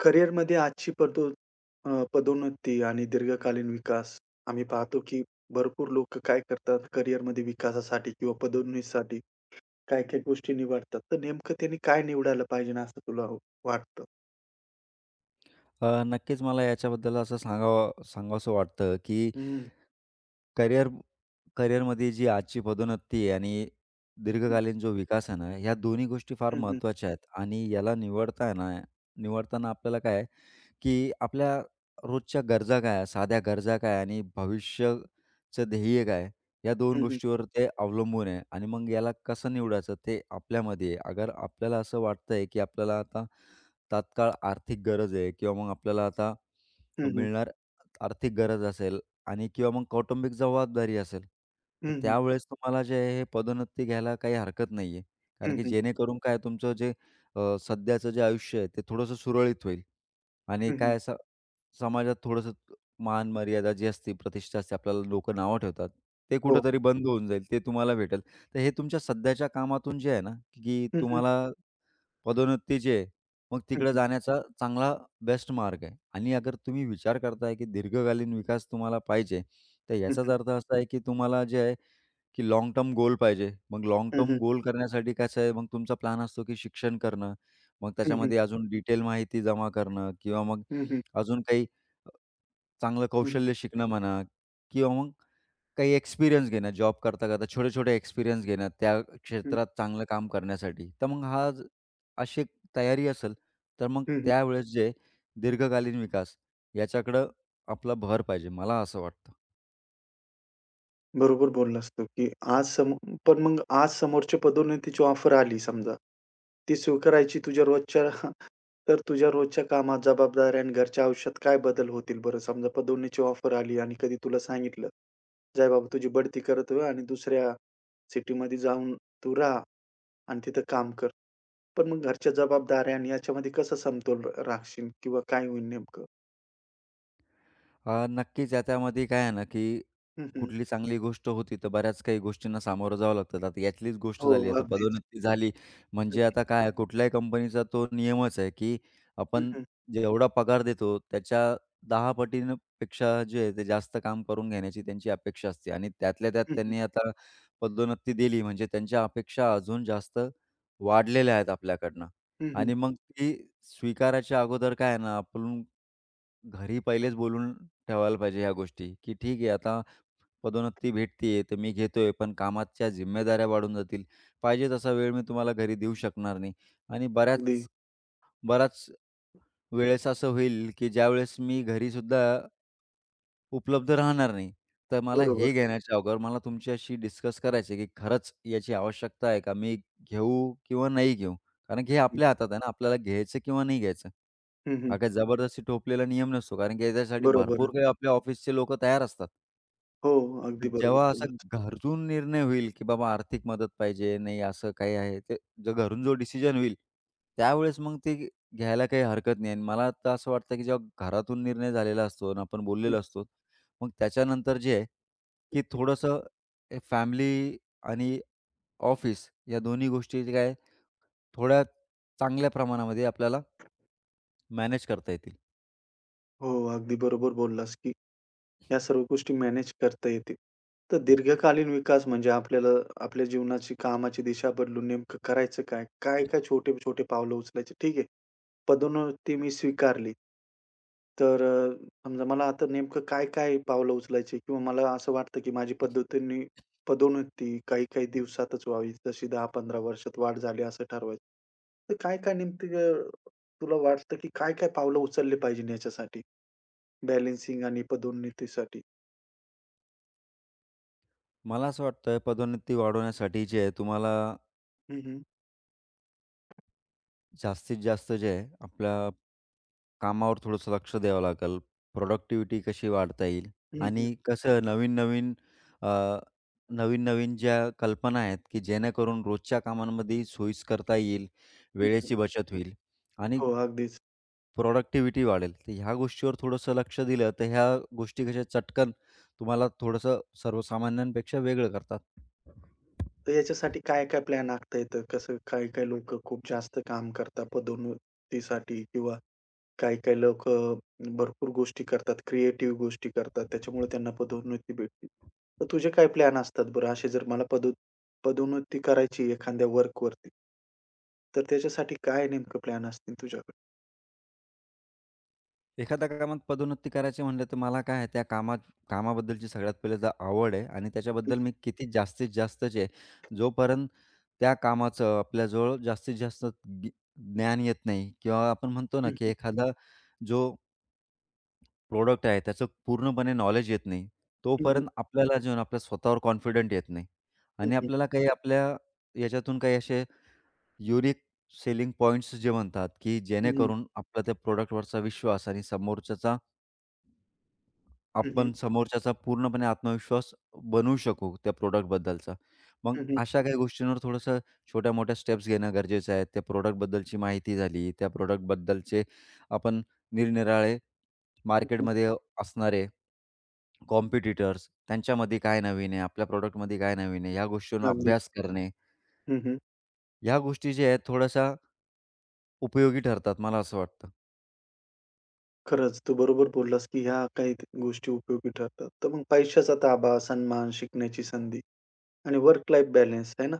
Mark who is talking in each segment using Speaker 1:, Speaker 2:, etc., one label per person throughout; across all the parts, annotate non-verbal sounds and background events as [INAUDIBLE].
Speaker 1: करिअरमध्ये पदोन्नती आणि दीर्घकालीन विकास आम्ही पाहतो, की भरपूर लोक काय करतात करिअरमध्ये विकासासाठी किंवा पदोन्नतीसाठी काही-काही गोष्टी निवडतात. तर नेमकं त्यांनी काय निवडायला पाहिजे ना असं तुला वाटतं?
Speaker 2: नक्कीच मला याच्याबद्दल असं सांगावसं वाटतं, की
Speaker 1: हं,
Speaker 2: करिअर करिअरमध्ये जी आजची पदोन्नती आहे आणि
Speaker 1: हं,
Speaker 2: दीर्घकालीन जो विकास आहे ना, ह्या दोन्ही गोष्टी फार
Speaker 1: हं, हं,
Speaker 2: महत्त्वाच्या आहेत आणि याला निवडताना निवडताना आपल्याला काय आहे, की आपल्या रोजच्या गरजा काय आहे, साध्या गरजा काय आहे आणि भविष्याचं ध्येय काय आहे, या 2
Speaker 1: हं, हं,
Speaker 2: गोष्टीवर ते अवलंबून आहे आणि मग याला कसं निवडायचं ते आपल्यामध्ये आहे. अगर आपल्याला असं वाटतंय, की आपल्याला आता तात्काळ आर्थिक गरज आहे किंवा मग आपल्याला आता
Speaker 1: हं, हं,
Speaker 2: मिळणार आर्थिक गरज असेल आणि किंवा मग कौटुंबिक जबाबदारी असेल, तर
Speaker 1: हं, हं,
Speaker 2: त्यावेळेस तुम्हाला जे आहे हे पदोन्नती घ्यायला काही हरकत नाही आहे. कारण
Speaker 1: हं,
Speaker 2: की
Speaker 1: हं,
Speaker 2: जेणेकरून काय तुमचं जे सध्याचं जे आयुष्य आहे ते थोडंसं सुरळीत होईल आणि काय असं समाजात थोडंसं मान मर्यादा जी असते, प्रतिष्ठा असते, आपल्याला लोकं नावं ठेवतात. ते
Speaker 1: हो.
Speaker 2: कुठेतरी बंद होऊन जाईल, ते तुम्हाला भेटेल. तर हे तुमच्या सध्याच्या कामातून जे आहे ना, की
Speaker 1: हं, हं,
Speaker 2: तुम्हाला पदोन्नतीचे, मग
Speaker 1: हं,
Speaker 2: तिकडे
Speaker 1: हं,
Speaker 2: जाण्याचा चांगला बेस्ट मार्ग आहे आणि अगर तुम्ही विचार करताय की दीर्घकालीन विकास तुम्हाला पाहिजे, तर
Speaker 1: हं,
Speaker 2: याचाच
Speaker 1: हं,
Speaker 2: अर्थ असा आहे की तुम्हाला जे आहे की लाँग टर्म गोल पाहिजे. मग लाँग
Speaker 1: हं,
Speaker 2: टर्म
Speaker 1: हं,
Speaker 2: गोल करण्यासाठी कसं आहे, मग तुमचा प्लॅन असतो की शिक्षण करणं, मग
Speaker 1: हं, हं,
Speaker 2: त्याच्यामध्ये अजून डिटेल माहिती जमा करणं किंवा मग
Speaker 1: हं, हं,
Speaker 2: अजून काही चांगलं
Speaker 1: हं,
Speaker 2: कौशल्य शिकणं म्हणा किंवा मग काही एक्सपिरियन्स घेणं, जॉब करता-करता छोटे-छोटे एक्सपिरियन्स घेणं, त्या
Speaker 1: हं,
Speaker 2: क्षेत्रात चांगलं काम करण्यासाठी. तर मग हा ज अशी एक तयारी असेल, तर मग
Speaker 1: हं.
Speaker 2: त्यावेळेस जे दीर्घकालीन विकास याच्याकडं आपला भर पाहिजे, मला असं वाटतं.
Speaker 1: बरोबर बोललास तू, की आज सम पण मग आज समोरच्या पदोन्नतीची ऑफर आली समजा. ती स्वीकारायची तुझ्या रोजच्या [LAUGHS] तर तुझ्या रोजच्या कामात, जबाबदाऱ्या आणि घरच्या आयुष्यात काय बदल होतील बरं? समजा पदोन्नतीची ऑफर आली आणि कधी तुला सांगितलं, "जाय बाबा तुझी बढती करत रहा आणि दुसऱ्या सिटीमध्ये जाऊन तू राहा आणि तिथं काम कर." पण मग घरच्या जबाबदाऱ्या आणि याच्यामध्ये कसं समतोल राखशील किंवा काय होईल नेमकं?
Speaker 2: नक्कीच याच्यामध्ये काय आहे ना, की
Speaker 1: हं, हं.
Speaker 2: कुठली चांगली गोष्ट होती, तर बऱ्याच काही गोष्टींना सामोरं जावं लागतं. आता यातलीच गोष्ट
Speaker 1: हो,
Speaker 2: झाली. आता
Speaker 1: अगदीच.
Speaker 2: पदोन्नती झाली
Speaker 1: हं,
Speaker 2: म्हणजे
Speaker 1: हं.
Speaker 2: आता काय आहे, कुठल्याही कंपनीचा तो नियमच आहे, की
Speaker 1: हं,
Speaker 2: आपण
Speaker 1: हं.
Speaker 2: जेवढा पगार देतो, त्याच्या 10 पटीनं पेक्षा जे आहे, ते जास्त काम करून घेण्याची त्यांची अपेक्षा असते आणि त्यातल्या त्यात
Speaker 1: हं, हं.
Speaker 2: त्यांनी आता पदोन्नती दिली, म्हणजे त्यांच्या अपेक्षा अजून जास्त वाढलेल्या आहेत आपल्याकडनं आणि मग ती स्वीकारायच्या अगोदर काय आहे ना, आपण घरी पहिलेच बोलून ठेवायला पाहिजे ह्या गोष्टी, की ठीक आहे आता पदोन्नती भेटतीये तर मी घेतोय, पण कामाच्या जिम्मेदाऱ्या वाढून जातील. पाहिजे तसा वेळ मी तुम्हाला घरी देऊ शकणार नाही आणि
Speaker 1: अगदी
Speaker 2: बराच वेळेस असं होईल, की ज्यावेळेस मी घरीसुद्धा उपलब्ध राहणार नाही. तर मला हे
Speaker 1: बरोबर.
Speaker 2: घेण्याच्या अगोदर मला तुमच्याशी डिस्कस करायचं आहे, की खरंच याची आवश्यकता आहे का? मी घेऊ किंवा नाही घेऊ? कारण की हे
Speaker 1: हं,
Speaker 2: आपल्या हातात आहे ना, आपल्याला घ्यायचं किंवा नाही घ्यायचं.
Speaker 1: हं, हं.
Speaker 2: हा काही जबरदस्ती थोपलेला नियम नसतो. कारण की याच्यासाठी
Speaker 1: बरोबर
Speaker 2: भरपूर
Speaker 1: आहे.
Speaker 2: काही आपल्या ऑफिसचे लोकं तयार असतात.
Speaker 1: हो, अगदी बरोबर
Speaker 2: जेव्हा असा
Speaker 1: बोललास.
Speaker 2: घरून निर्णय होईल, की बाबा आर्थिक मदत पाहिजे, नाही असं काही आहे, ते जो घरून डिसिजन होईल, त्यावेळेस मग ते घ्यायला काही हरकत नाही आणि मला तर असं वाटतं, की जेव्हा घरातून निर्णय झालेला असतो आणि आपण
Speaker 1: हं,
Speaker 2: बोललेलो असतो, मग त्याच्यानंतर जे आहे, की
Speaker 1: हं.
Speaker 2: थोडंसं फॅमिली आणि ऑफिस या दोन्ही गोष्टी जे काय थोड्या चांगल्या प्रमाणामध्ये आपल्याला मॅनेज करता येतील.
Speaker 1: हो, अगदी बरोबर बोललास, की या सर्व गोष्टी मॅनेज करता येतील. तर दीर्घकालीन विकास म्हणजे आपल्याला आपल्या जीवनाची कामाची दिशा बदलून नेमकं करायचं काय? काय-काय छोटे-छोटे पावलं उचलायचे? ठीक आहे, पदोन्नती मी स्वीकारली. तर समजा मला आता नेमकं काय-काय पावलं उचलायची किंवा मला असं वाटतं, की माझी पद्धतीने पदोन्नती काही-काही दिवसातच व्हावी, जशी 10-15 वर्षात वाढ झाली असं ठरवायचं. तर काय-काय नेमकं अ, तुला वाटतं, की काय-काय पावलं उचलले पाहिजे याच्यासाठी बॅलन्सिंग आणि पदोन्नतीसाठी?
Speaker 2: मला असं वाटतं पदोन्नती वाढवण्यासाठी जे आहे, तुम्हाला
Speaker 1: हं, हं.
Speaker 2: जास्तीत जास्त जे आहे आपल्या कामावर थोडंसं लक्ष द्यावं लागेल. प्रोडक्टिव्हिटी कशी वाढता येईल
Speaker 1: हं,
Speaker 2: आणि
Speaker 1: हं.
Speaker 2: कसं नवीन-नवीन अ, नवीन-नवीन ज्या कल्पना आहेत, की जेणेकरून रोजच्या कामांमध्ये सोयीस करता येईल,
Speaker 1: हं, हं.
Speaker 2: वेळेची बचत होईल आणि
Speaker 1: हो, अगदीच.
Speaker 2: प्रोडक्टिव्हिटी वाढेल. तर ह्या गोष्टीवर थोडंसं लक्ष दिलं, तर ह्या गोष्टी कशा चटकन तुम्हाला थोडंसं सर्वसामान्यांपेक्षा वेगळं करतात.
Speaker 1: तर याच्यासाठी काय-काय प्लॅन आखता येतं? कसं काही-काही लोकं खूप जास्त काम करतात पदोन्नतीसाठी किंवा काही-काही लोकं भरपूर गोष्टी करतात, क्रिएटिव्ह गोष्टी करतात, त्याच्यामुळे त्यांना पदोन्नती भेटते. तर तुझे काय प्लॅन असतात बरं असे जर मला पदो पदोन्नती करायची एखाद्या वर्कवरती, तर त्याच्यासाठी काय नेमकं प्लॅन असतील तुझ्याकडे?
Speaker 2: एखाद्या कामात पदोन्नती करायची म्हणलं तर मला काय आहे त्या कामात कामाबद्दलची सगळ्यात पहिले तर आवड आहे आणि त्याच्याबद्दल मी किती जास्तीत जास्त जे जोपर्यंत त्या कामाचं आपल्याजवळ जास्तीत जास्त गी- ज्ञान येत नाही किंवा आपण म्हणतो ना की एखादा जो प्रोडक्ट आहे त्याचं पूर्णपणे नॉलेज येत नाही तोपर्यंत आपल्याला जे आहे ना, आपल्या स्वतःवर कॉन्फिडंट येत नाही
Speaker 1: हं,
Speaker 2: आणि
Speaker 1: हं.
Speaker 2: आपल्याला काही आपल्या याच्यातून काही असे युनिक सेलिंग पॉईंट्स जे म्हणतात की
Speaker 1: हं, हं.
Speaker 2: जेणेकरून आपला त्या प्रोडक्टवरचा विश्वास आणि समोरच्याचा
Speaker 1: हं, हं.
Speaker 2: आपण समोरच्याचा पूर्णपणे आत्मविश्वास बनवू शकू त्या प्रॉडक्टबद्दलचा. मग
Speaker 1: हं, हं. हं, हं.
Speaker 2: अशा काही गोष्टींवर थोडंसं छोट्या-मोठ्या स्टेप्स घेणं गरजेचं आहे. त्या प्रॉडक्टबद्दलची माहिती झाली, त्या प्रॉडक्टबद्दलचे आपण निरनिराळे
Speaker 1: हं, हं.
Speaker 2: मार्केटमध्ये असणारे कॉम्पिटिटर्स, त्यांच्यामध्ये काय नवीन आहे, आपल्या प्रॉडक्टमध्ये काय नवीन आहे, या गोष्टींवर
Speaker 1: अगदी.
Speaker 2: अभ्यास करणे.
Speaker 1: हं, हं.
Speaker 2: या गोष्टी ज्या आहेत थोड्याशा उपयोगी ठरतात, मला असं वाटतं.
Speaker 1: खरंच, तू बरोबर बोललास, की ह्या काही गोष्टी उपयोगी ठरतात. तर मग पैशाचा ताबा, सन्मान, शिकण्याची संधी आणि वर्क लाईफ बॅलन्स आहे ना,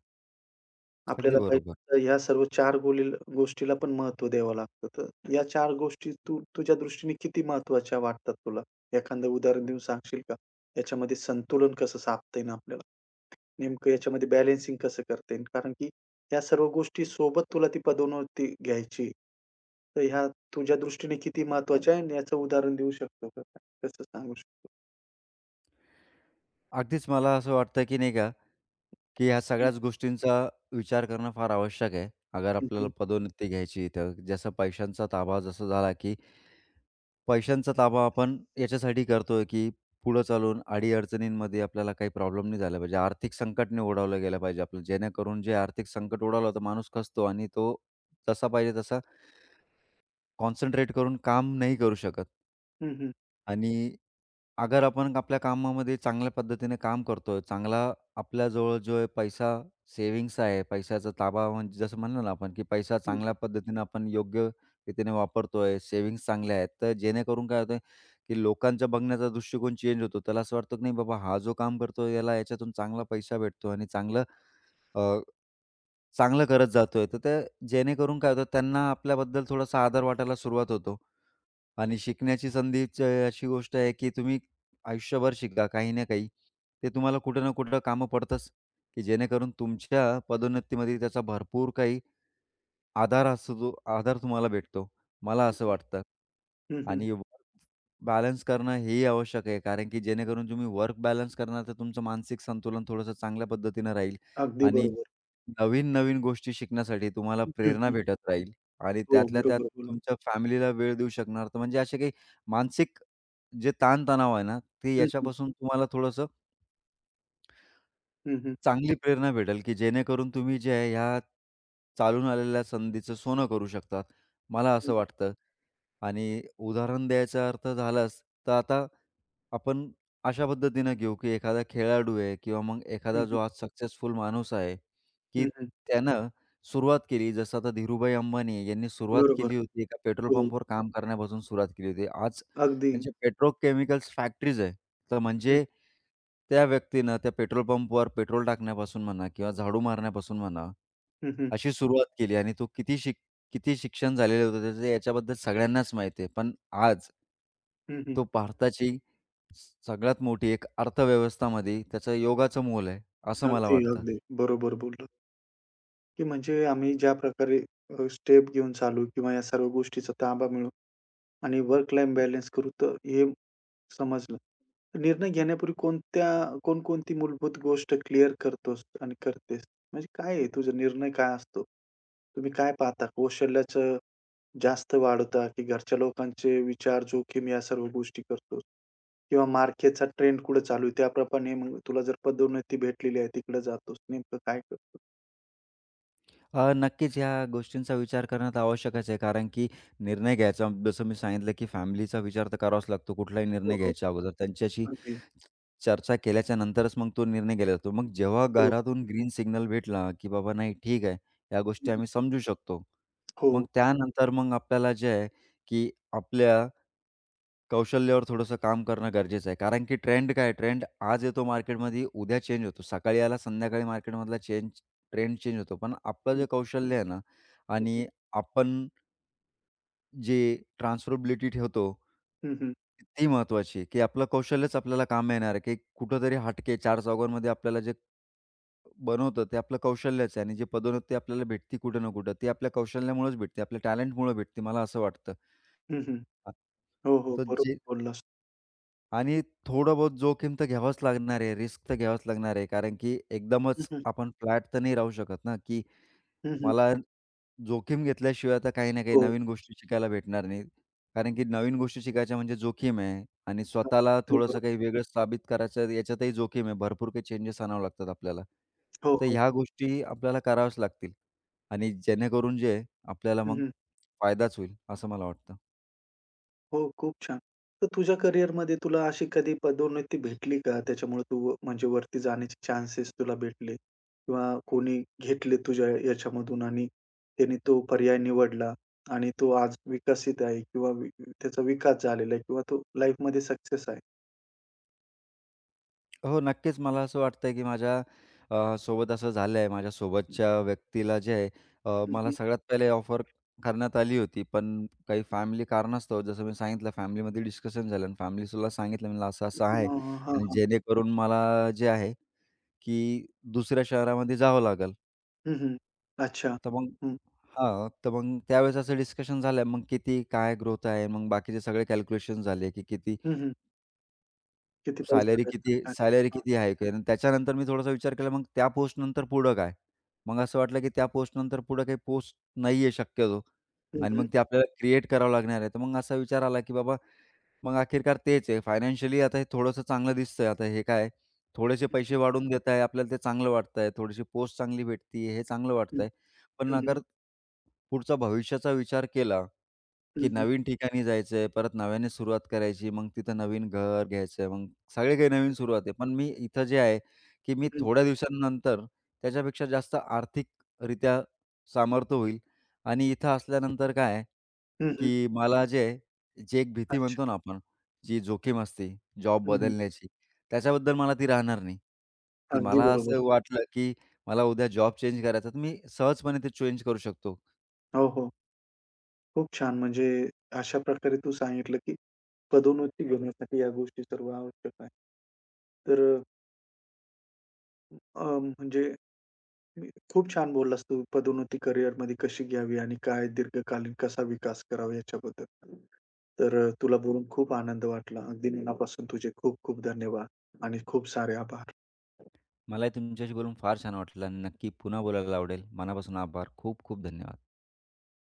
Speaker 2: अगदी
Speaker 1: आपल्याला हं.
Speaker 2: बरोबर.
Speaker 1: पैसा ह्या सर्व 4 गोलील गोष्टीला पण महत्त्व द्यावं लागतं. तर या 4 गोष्टी तू तुझ्या दृष्टीने किती महत्त्वाच्या वाटतात तुला? एखादं उदाहरण देऊन सांगशील का? याच्यामध्ये संतुलन कसं साधता येईल आपल्याला? नेमकं याच्यामध्ये बॅलन्सिंग कसं करता येईल? कारण की ह्या सर्व गोष्टी सोबत तुला ती पदोन्नती घ्यायची आहे. तर ह्या तुझ्या दृष्टीने किती महत्त्वाच्या आहे आणि याचं उदाहरण देऊ शकतो का? काय कसं सांगू शकतो?
Speaker 2: अगदीच मला असं वाटतं, की नाही का की ह्या सगळ्याच गोष्टींचा विचार करणं फार आवश्यक आहे. अगर
Speaker 1: हं, हं,
Speaker 2: आपल्याला
Speaker 1: हं.
Speaker 2: पदोन्नती घ्यायची तर जसं पैशांचा ताबा जसा झाला, की पैशांचा ताबा आपण याच्यासाठी करतोय, की पुढं चालून अडी-अडचणींमध्ये आपल्याला काही प्रॉब्लेम नाही झाला पाहिजे. आर्थिक संकट नाही ओढावलं गेलं पाहिजे आपलं. जेणेकरून जे आर्थिक संकट ओढावलं तर माणूस खचतो आणि तो जसा पाहिजे तसा कॉन्सन्ट्रेट करून काम नाही करू शकत.
Speaker 1: हं, हं.
Speaker 2: आणि अगर आपण आपल्या कामामध्ये चांगल्या पद्धतीने काम करतोय, चांगला आपल्याजवळ जो आहे पैसा सेव्हिंग्स आहे, पैशाचा ताबा म्हणजे जसं म्हणलं ना आपण, की पैसा
Speaker 1: हं,
Speaker 2: चांगल्या पद्धतीने आपण योग्य रीतीने वापरतोय, सेव्हिंग्स चांगल्या आहेत. तर जेणेकरून काय होतंय, की लोकांचा बघण्याचा दृष्टिकोन चेंज होतो. त्याला असं वाटतं की नाही बाबा हा जो काम करतोय याला याच्यातून चांगला पैसा भेटतो आणि चांगलं अ, चांगलं करत जातोय. तर ते जेणेकरून काय होतं त्यांना आपल्याबद्दल थोडासा आदर वाटायला सुरुवात होतो. आणि शिकण्याची संधीची अशी गोष्ट आहे, की तुम्ही आयुष्यभर शिका काही ना काही. ते तुम्हाला कुठं ना कुठं कामं पडतंच, की जेणेकरून तुमच्या पदोन्नतीमध्ये त्याचा भरपूर काही आधार असतो, आधार तुम्हाला भेटतो. मला असं
Speaker 1: हं.
Speaker 2: वाटतं.
Speaker 1: हं,
Speaker 2: आणि बॅलन्स करणं हेही आवश्यक आहे, कारण की जेणेकरून तुम्ही वर्क बॅलन्स करणार, तर तुमचं मानसिक संतुलन थोडंसं चांगल्या पद्धतीनं राहील
Speaker 1: अगदी
Speaker 2: आणि
Speaker 1: बरोबर.
Speaker 2: नवीन-नवीन गोष्टी शिकण्यासाठी तुम्हाला
Speaker 1: हं,
Speaker 2: प्रेरणा
Speaker 1: हं.
Speaker 2: भेटत राहील आणि
Speaker 1: हो,
Speaker 2: त्यातल्या त्यात
Speaker 1: बरोबर बोलला.
Speaker 2: तुमच्या फॅमिलीला वेळ देऊ शकणार. तर म्हणजे असे काही मानसिक जे ताणतणाव आहे ना, ते
Speaker 1: हं, हं.
Speaker 2: याच्यापासून तुम्हाला थोडंसं
Speaker 1: हं, हं.
Speaker 2: चांगली प्रेरणा भेटेल, की जेणेकरून तुम्ही जे आहे ह्या चालून आलेल्या संधीचं सोनं करू शकता. मला
Speaker 1: हं,
Speaker 2: असं
Speaker 1: हं.
Speaker 2: वाटतं आणि उदाहरण द्यायचा अर्थ झालाच, तर आता आपण अशा पद्धतीनं घेऊ, की एखादा खेळाडू आहे किंवा मग
Speaker 1: हं,
Speaker 2: एखादा
Speaker 1: हं.
Speaker 2: जो आज सक्सेसफुल माणूस आहे, की त्यानं सुरुवात केली. जसं आता धीरूभाई अंबानी आहे, यांनी सुरुवात
Speaker 1: बरोबर.
Speaker 2: केली होती एका पेट्रोल
Speaker 1: हो,
Speaker 2: पंपवर काम करण्यापासून सुरुवात केली होती. आज
Speaker 1: अगदी.
Speaker 2: त्यांचे पेट्रोकेमिकल्स फॅक्टरीज आहे. तर
Speaker 1: हं,
Speaker 2: म्हणजे त्या व्यक्तीनं त्या पेट्रोल पंपवर पेट्रोल टाकण्यापासून म्हणा किंवा झाडू मारण्यापासून म्हणा,
Speaker 1: हं, हं.
Speaker 2: अशी सुरुवात केली आणि तो किती शिक्षण झालेलं होतं त्याचं याच्याबद्दल सगळ्यांनाच माहिती आहे. पण आज
Speaker 1: हं, हं.
Speaker 2: तो भारताची सगळ्यात मोठी एक अर्थव्यवस्थामध्ये त्याचं योगाचं मोल आहे, असं मला
Speaker 1: अगदी,
Speaker 2: वाटतं.
Speaker 1: अगदी. बरोबर बोलला, की म्हणजे आम्ही ज्या प्रकारे स्टेप घेऊन चालू किंवा या सर्व गोष्टीचा ताबा मिळवून आणि वर्क लाईफ बॅलन्स करू तर हे समजलं. निर्णय घेण्यापूर्वी कोणत्या कोणकोणती मूलभूत गोष्ट क्लिअर करतोस आणि करतेस? म्हणजे काय आहे तुझा निर्णय काय असतो? तुम्ही काय पाहता? कौशल्याचं जास्त वाढवता की घरच्या लोकांचे विचार, जोखीम या सर्व गोष्टी करतोस? किंवा मार्केटचा ट्रेंड कुठे चालू आहे त्याप्रमाणे मग तुला जर पदोन्नती भेटलेली आहे तिकडे जातोस. नेमकं काय करतो?
Speaker 2: नक्कीच ह्या गोष्टींचा विचार करणं तर आवश्यकच आहे. कारण की निर्णय घ्यायचा जसं मी सांगितलं, की फॅमिलीचा विचार तर करावाच लागतो कुठलाही
Speaker 1: हो,
Speaker 2: निर्णय
Speaker 1: हो.
Speaker 2: घ्यायच्या अगोदर. त्यांच्याशी
Speaker 1: अगदी.
Speaker 2: चर्चा केल्याच्या नंतरच मग तो निर्णय केला जातो. मग जेव्हा
Speaker 1: बरोबर.
Speaker 2: घरातून ग्रीन सिग्नल भेटला, की बाबा नाही ठीक आहे, या गोष्टी
Speaker 1: हं,
Speaker 2: आम्ही समजू शकतो.
Speaker 1: हो.
Speaker 2: मग त्यानंतर मग आपल्याला जे आहे, की आपल्या कौशल्यावर थोडंसं काम करणं गरजेचं आहे. कारण की ट्रेंड काय आहे, ट्रेंड आज येतो मार्केटमध्ये, उद्या चेंज होतो. सकाळी आला, संध्याकाळी मार्केटमधला चेंज ट्रेंड चेंज होतो. पण आपलं
Speaker 1: हं,
Speaker 2: जे कौशल्य आहे ना
Speaker 1: हं, हं.
Speaker 2: आणि आपण जे ट्रान्सफरबिलिटी ठेवतो,
Speaker 1: हं,
Speaker 2: ती महत्त्वाची आहे, की आपलं कौशल्यच आपल्याला कामी येणार आहे, की कुठेतरी हटके चार चौघांमध्ये आपल्याला जे बनवतं, ते आपलं कौशल्यच आहे आणि जी पदोन्नती आपल्याला भेटते कुठं ना कुठं, ती आपल्या कौशल्यामुळेच भेटते, आपल्या टॅलेंटमुळे भेटते, मला असं वाटतं. अ,
Speaker 1: हो, हो.
Speaker 2: तर जे
Speaker 1: बरोबर बोललास.
Speaker 2: आणि थोडं बहुत जोखीम तर घ्यावंच लागणार आहे, रिस्क तर घ्यावंच लागणार आहे. कारण की
Speaker 1: हं,
Speaker 2: एकदमच
Speaker 1: हं.
Speaker 2: आपण फ्लॅट तर नाही राहू शकत ना, की
Speaker 1: हं, हं.
Speaker 2: मला जोखीम घेतल्याशिवाय तर काही ना काही
Speaker 1: हो.
Speaker 2: नवीन गोष्टी शिकायला भेटणार नाहीत. कारण की नवीन गोष्टी शिकायच्या म्हणजे जोखीम आहे आणि स्वतःला
Speaker 1: अगदी
Speaker 2: थोडंसं
Speaker 1: बरोबर.
Speaker 2: काही वेगळं साबित करायचं याच्यातही जोखीम आहे. भरपूर काही चेंजेस आणावे लागतात आपल्याला.
Speaker 1: हो,
Speaker 2: तर
Speaker 1: हो.
Speaker 2: ह्या गोष्टी आपल्याला कराव्याच लागतील आणि जेणेकरून जे आहे आपल्याला
Speaker 1: हं,
Speaker 2: मग
Speaker 1: हं.
Speaker 2: फायदाच होईल, असं मला वाटतं.
Speaker 1: हो, खूप छान. तर तुझ्या करिअरमध्ये तुला अशी कधी पदोन्नती भेटली का? त्याच्यामुळे तू म्हणजे वरती जाण्याचे चान्सेस तुला भेटले किंवा कोणी घेतले तुझ्या याच्यामधून आणि त्याने तो पर्याय निवडला आणि तो आज विकसित आहे किंवा वि त्याचा विकास झालेला आहे किंवा तो लाईफमध्ये सक्सेस आहे.
Speaker 2: हो, नक्कीच मला असं वाटतंय, की माझ्या सोबत असं झालंय. माझ्या सोबतच्या व्यक्तीला जे आहे
Speaker 1: हं,
Speaker 2: मला
Speaker 1: हं.
Speaker 2: सगळ्यात पहिले ऑफर करण्यात आली होती. पण काही फॅमिली कारणास्तव जसं मी सांगितलं फॅमिलीमध्ये डिस्कशन झालं आणि फॅमिलीला सांगितलं म्हणलं असं-असं आहे
Speaker 1: हां, हां,
Speaker 2: आणि
Speaker 1: हां,
Speaker 2: जेणेकरून मला जे आहे, की दुसऱ्या शहरामध्ये जावं लागेल.
Speaker 1: हं, हं. अच्छा.
Speaker 2: तर मग
Speaker 1: हं.
Speaker 2: हां, तर मग त्यावेळेस असं डिस्कशन झालं. मग किती काय ग्रोथ आहे, मग बाकीचे सगळे कॅल्क्युलेशन झाले, की किती
Speaker 1: हं, हं. किती पैसा भेटला? काय?
Speaker 2: सॅलरी
Speaker 1: हां.
Speaker 2: किती हाईक आहे? काय. आणि त्याच्यानंतर मी थोडासा विचार केला, मग त्या पोस्टनंतर पुढं काय? मग असं वाटलं, की त्या पोस्टनंतर पुढं काही पोस्ट नाही आहे शक्यतो
Speaker 1: हं,
Speaker 2: आणि
Speaker 1: हं.
Speaker 2: मग ते आपल्याला क्रिएट करावं लागणार आहे. तर मग असा विचार आला, की बाबा मग अखेरकार तेच आहे. फायनान्शियली आता हे थोडंसं चांगलं दिसतंय. आता हे काय थोडेसे
Speaker 1: हं,
Speaker 2: पैसे वाढवून देत आहे. आपल्याला ते चांगलं वाटतंय. थोडीशी पोस्ट चांगली भेटती हे चांगलं
Speaker 1: हं.
Speaker 2: वाटतंय. पण
Speaker 1: हं,
Speaker 2: अगर
Speaker 1: हं.
Speaker 2: पुढचा भविष्याचा विचार केला
Speaker 1: हं,
Speaker 2: की
Speaker 1: हं.
Speaker 2: नवीन ठिकाणी जायचंय, परत नव्याने सुरुवात करायची, मग तिथं नवीन घर घ्यायचं, मग सगळे काही नवीन सुरुवात आहे. पण मी इथं जे आहे, की मी
Speaker 1: हं, हं.
Speaker 2: थोड्या दिवसांनंतर त्याच्यापेक्षा जास्त आर्थिकरित्या सामर्थ्य होईल आणि इथं असल्यानंतर काय आहे,
Speaker 1: हं, हं.
Speaker 2: की मला जे आहे, जी एक भीती
Speaker 1: अच्छा.
Speaker 2: म्हणतो ना आपण, जी जोखीम असते जॉब
Speaker 1: हं, हं.
Speaker 2: बदलण्याची, त्याच्याबद्दल मला ती राहणार नाही. ती
Speaker 1: अगदी
Speaker 2: मला
Speaker 1: बरोबर.
Speaker 2: असं वाटलं, की मला उद्या जॉब चेंज करायचा, तर मी सहजपणे ते चेंज करू शकतो.
Speaker 1: हो, हो. खूप छान. म्हणजे अशा प्रकारे तू सांगितलं, की पदोन्नती घेण्यासाठी या गोष्टी सर्व आवश्यक आहे. तर म्हणजे खूप छान बोललास तू पदोन्नती करिअरमध्ये कशी घ्यावी आणि काय दीर्घकालीन कसा विकास करावा याच्याबद्दल. तर तुला बोलून खूप आनंद वाटला. अगदी मनापासून तुझे खूप खूप धन्यवाद आणि खूप सारे आभार.
Speaker 2: मलाही तुमच्याशी बोलून फार छान वाटलं आणि नक्की पुन्हा बोलायला आवडेल. मनापासून आभार. खूप खूप धन्यवाद.